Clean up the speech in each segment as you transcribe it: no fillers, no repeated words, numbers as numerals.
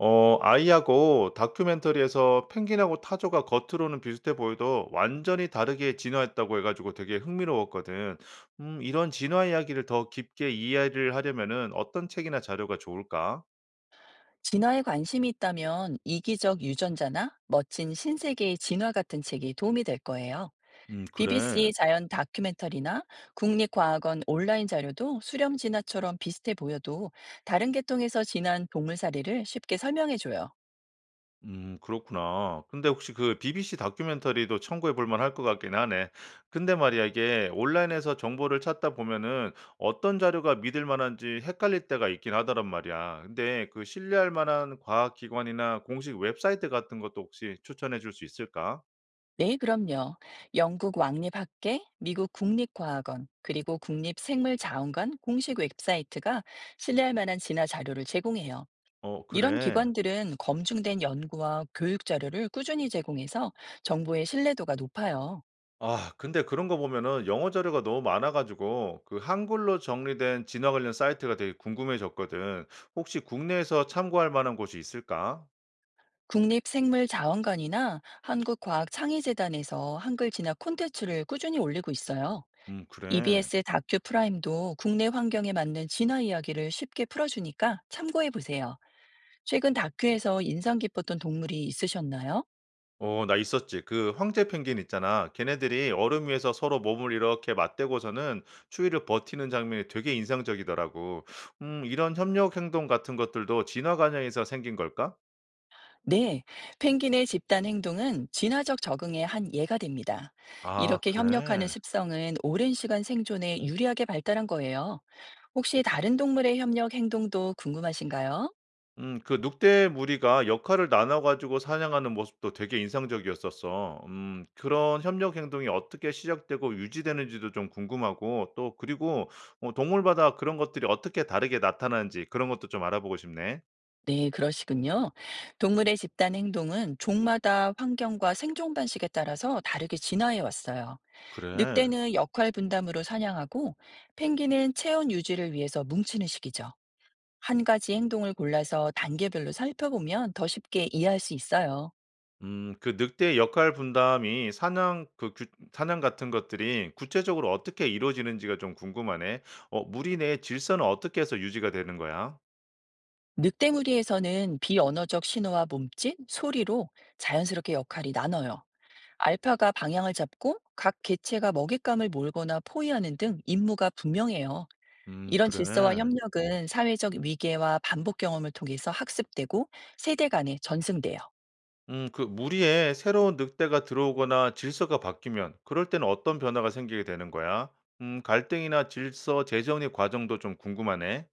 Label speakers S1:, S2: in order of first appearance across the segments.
S1: 아이하고 다큐멘터리에서 펭귄하고 타조가 겉으로는 비슷해 보여도 완전히 다르게 진화했다고 해가지고 되게 흥미로웠거든. 이런 진화 이야기를 더 깊게 이해를 하려면은 어떤 책이나 자료가 좋을까?
S2: 진화에 관심이 있다면 이기적 유전자나 멋진 신세계의 진화 같은 책이 도움이 될 거예요.
S1: 그래.
S2: BBC 자연 다큐멘터리나 국립과학원 온라인 자료도 수렴 진화처럼 비슷해 보여도 다른 계통에서 진화한 동물 사례를 쉽게 설명해 줘요.
S1: 그렇구나. 근데 혹시 그 BBC 다큐멘터리도 참고해 볼 만할 것 같긴 하네. 근데 말이야 이게 온라인에서 정보를 찾다 보면은 어떤 자료가 믿을 만한지 헷갈릴 때가 있긴 하더란 말이야. 근데 그 신뢰할 만한 과학 기관이나 공식 웹사이트 같은 것도 혹시 추천해 줄 수 있을까?
S2: 네, 그럼요. 영국 왕립학계, 미국 국립과학원, 그리고 국립생물자원관 공식 웹사이트가 신뢰할 만한 진화 자료를 제공해요.
S1: 어,
S2: 이런
S1: 그래.
S2: 기관들은 검증된 연구와 교육 자료를 꾸준히 제공해서 정보의 신뢰도가 높아요.
S1: 아, 근데 그런 거 보면은 영어 자료가 너무 많아가지고 그 한글로 정리된 진화 관련 사이트가 되게 궁금해졌거든. 혹시 국내에서 참고할 만한 곳이 있을까?
S2: 국립생물자원관이나 한국과학창의재단에서 한글 진학 콘텐츠를 꾸준히 올리고 있어요.
S1: 그래.
S2: EBS 다큐 프라임도 국내 환경에 맞는 진화 이야기를 쉽게 풀어주니까 참고해 보세요. 최근 다큐에서 인상 깊었던 동물이 있으셨나요?
S1: 나 있었지. 그 황제 펭귄 있잖아. 걔네들이 얼음 위에서 서로 몸을 이렇게 맞대고서는 추위를 버티는 장면이 되게 인상적이더라고. 이런 협력 행동 같은 것들도 진화 과정에서 생긴 걸까?
S2: 네, 펭귄의 집단 행동은 진화적 적응의 한 예가 됩니다.
S1: 아
S2: 이렇게 협력하는
S1: 그래.
S2: 습성은 오랜 시간 생존에 유리하게 발달한 거예요. 혹시 다른 동물의 협력 행동도 궁금하신가요?
S1: 그 늑대 무리가 역할을 나눠 가지고 사냥하는 모습도 되게 인상적이었었어. 그런 협력 행동이 어떻게 시작되고 유지되는지도 좀 궁금하고 또 그리고 동물마다 그런 것들이 어떻게 다르게 나타나는지 그런 것도 좀 알아보고 싶네.
S2: 네, 그러시군요. 동물의 집단 행동은 종마다 환경과 생존 방식에 따라서 다르게 진화해 왔어요.
S1: 그래.
S2: 늑대는 역할 분담으로 사냥하고 펭귄은 체온 유지를 위해서 뭉치는 식이죠. 한 가지 행동을 골라서 단계별로 살펴보면 더 쉽게 이해할 수 있어요.
S1: 그 늑대의 역할 분담이 사냥 그 규 사냥 같은 것들이 구체적으로 어떻게 이루어지는지가 좀 궁금하네. 무리 내 질서는 어떻게 해서 유지가 되는 거야?
S2: 늑대무리에서는 비언어적 신호와 몸짓, 소리로 자연스럽게 역할이 나눠요. 알파가 방향을 잡고 각 개체가 먹잇감을 몰거나 포위하는 등 임무가 분명해요. 이런 질서와
S1: 그래.
S2: 협력은 사회적 위계와 반복 경험을 통해서 학습되고 세대 간에 전승돼요.
S1: 그 무리에 새로운 늑대가 들어오거나 질서가 바뀌면 그럴 때는 어떤 변화가 생기게 되는 거야? 갈등이나 질서 재정의 과정도 좀 궁금하네.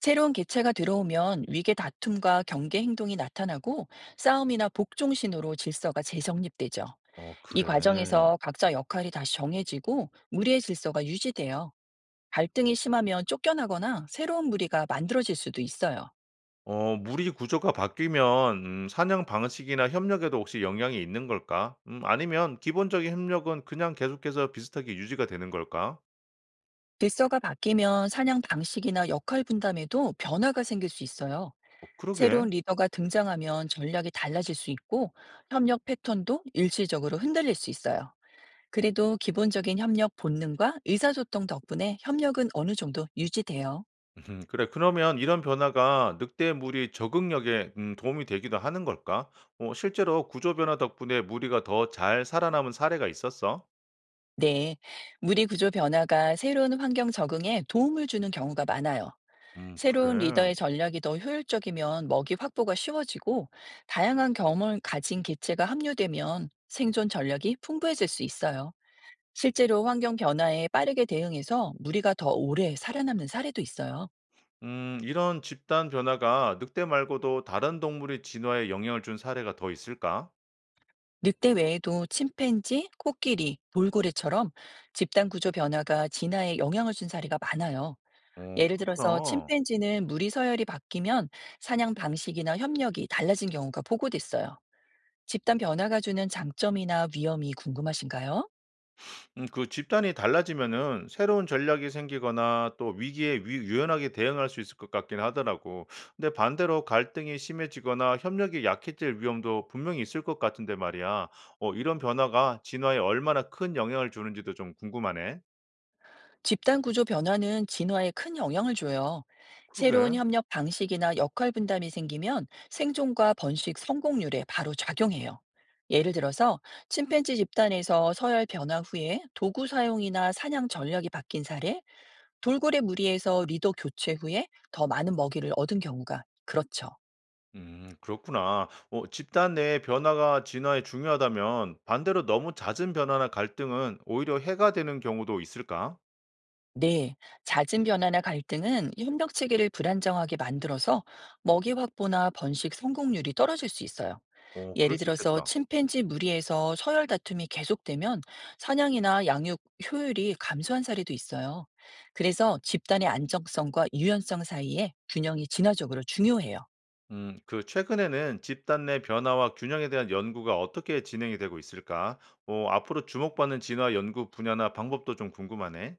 S2: 새로운 개체가 들어오면 위계 다툼과 경계 행동이 나타나고 싸움이나 복종 신호로 질서가 재정립되죠.
S1: 어,
S2: 이
S1: 그래.
S2: 과정에서 각자 역할이 다시 정해지고 무리의 질서가 유지돼요. 갈등이 심하면 쫓겨나거나 새로운 무리가 만들어질 수도 있어요.
S1: 무리 구조가 바뀌면 사냥 방식이나 협력에도 혹시 영향이 있는 걸까? 아니면 기본적인 협력은 그냥 계속해서 비슷하게 유지가 되는 걸까?
S2: 질서가 바뀌면 사냥 방식이나 역할 분담에도 변화가 생길 수 있어요.
S1: 어, 그러게.
S2: 새로운 리더가 등장하면 전략이 달라질 수 있고 협력 패턴도 일시적으로 흔들릴 수 있어요. 그래도 기본적인 협력 본능과 의사소통 덕분에 협력은 어느 정도 유지돼요.
S1: 그래. 그러면 이런 변화가 늑대 무리 적응력에 도움이 되기도 하는 걸까? 실제로 구조 변화 덕분에 무리가 더 잘 살아남은 사례가 있었어?
S2: 네. 무리 구조 변화가 새로운 환경 적응에 도움을 주는 경우가 많아요. 새로운
S1: 그래.
S2: 리더의 전략이 더 효율적이면 먹이 확보가 쉬워지고 다양한 경험을 가진 개체가 합류되면 생존 전략이 풍부해질 수 있어요. 실제로 환경 변화에 빠르게 대응해서 무리가 더 오래 살아남는 사례도 있어요.
S1: 이런 집단 변화가 늑대 말고도 다른 동물의 진화에 영향을 준 사례가 더 있을까?
S2: 늑대 외에도 침팬지, 코끼리, 돌고래처럼 집단 구조 변화가 진화에 영향을 준 사례가 많아요.
S1: 어,
S2: 예를 들어서
S1: 그렇구나.
S2: 침팬지는 무리 서열이 바뀌면 사냥 방식이나 협력이 달라진 경우가 보고됐어요. 집단 변화가 주는 장점이나 위험이 궁금하신가요?
S1: 그 집단이 달라지면은 새로운 전략이 생기거나 또 위기에 위 유연하게 대응할 수 있을 것 같긴 하더라고. 근데 반대로 갈등이 심해지거나 협력이 약해질 위험도 분명히 있을 것 같은데 말이야. 이런 변화가 진화에 얼마나 큰 영향을 주는지도 좀 궁금하네.
S2: 집단 구조 변화는 진화에 큰 영향을 줘요. 새로운
S1: 그러게.
S2: 협력 방식이나 역할 분담이 생기면 생존과 번식 성공률에 바로 작용해요. 예를 들어서 침팬지 집단에서 서열 변화 후에 도구 사용이나 사냥 전략이 바뀐 사례, 돌고래 무리에서 리더 교체 후에 더 많은 먹이를 얻은 경우가 그렇죠.
S1: 그렇구나. 집단 내의 변화가 진화에 중요하다면 반대로 너무 잦은 변화나 갈등은 오히려 해가 되는 경우도 있을까?
S2: 네, 잦은 변화나 갈등은 협력 체계를 불안정하게 만들어서 먹이 확보나 번식 성공률이 떨어질 수 있어요.
S1: 그럴
S2: 예를
S1: 수
S2: 들어서
S1: 있겠다.
S2: 침팬지 무리에서 서열 다툼이 계속되면 사냥이나 양육 효율이 감소한 사례도 있어요. 그래서 집단의 안정성과 유연성 사이에 균형이 진화적으로 중요해요.
S1: 그 최근에는 집단 내 변화와 균형에 대한 연구가 어떻게 진행이 되고 있을까? 앞으로 주목받는 진화 연구 분야나 방법도 좀 궁금하네.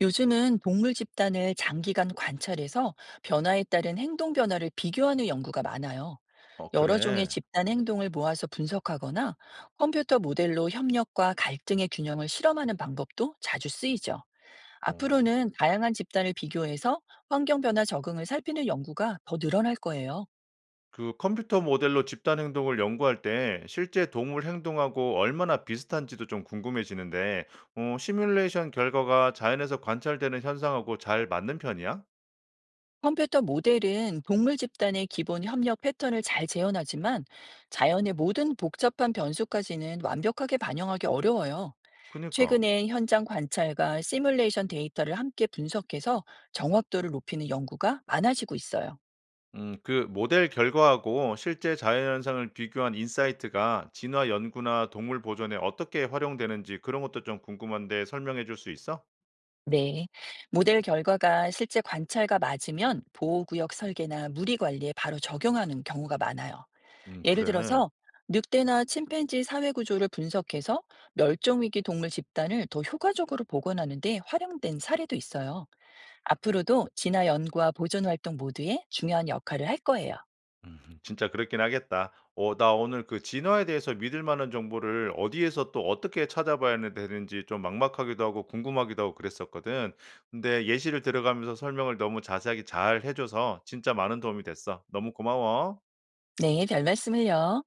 S2: 요즘은 동물 집단을 장기간 관찰해서 변화에 따른 행동 변화를 비교하는 연구가 많아요.
S1: 어,
S2: 여러 종의
S1: 그래.
S2: 집단 행동을 모아서 분석하거나 컴퓨터 모델로 협력과 갈등의 균형을 실험하는 방법도 자주 쓰이죠.
S1: 어,
S2: 앞으로는 다양한 집단을 비교해서 환경 변화 적응을 살피는 연구가 더 늘어날 거예요.
S1: 그 컴퓨터 모델로 집단 행동을 연구할 때 실제 동물 행동하고 얼마나 비슷한지도 좀 궁금해지는데, 시뮬레이션 결과가 자연에서 관찰되는 현상하고 잘 맞는 편이야?
S2: 컴퓨터 모델은 동물 집단의 기본 협력 패턴을 잘 재현하지만 자연의 모든 복잡한 변수까지는 완벽하게 반영하기 어려워요.
S1: 그니까.
S2: 최근엔 현장 관찰과 시뮬레이션 데이터를 함께 분석해서 정확도를 높이는 연구가 많아지고 있어요.
S1: 그 모델 결과하고 실제 자연현상을 비교한 인사이트가 진화 연구나 동물 보존에 어떻게 활용되는지 그런 것도 좀 궁금한데 설명해 줄 수 있어?
S2: 네. 모델 결과가 실제 관찰과 맞으면 보호구역 설계나 무리 관리에 바로 적용하는 경우가 많아요. 예를
S1: 그래.
S2: 들어서 늑대나 침팬지 사회 구조를 분석해서 멸종위기 동물 집단을 더 효과적으로 복원하는 데 활용된 사례도 있어요. 앞으로도 진화 연구와 보존 활동 모두에 중요한 역할을 할 거예요.
S1: 진짜 그렇긴 하겠다. 나 오늘 그 진화에 대해서 믿을 만한 정보를 어디에서 또 어떻게 찾아봐야 되는지 좀 막막하기도 하고 궁금하기도 하고 그랬었거든. 근데 예시를 들어가면서 설명을 너무 자세하게 잘 해줘서 진짜 많은 도움이 됐어. 너무 고마워.
S2: 네, 별 말씀을요.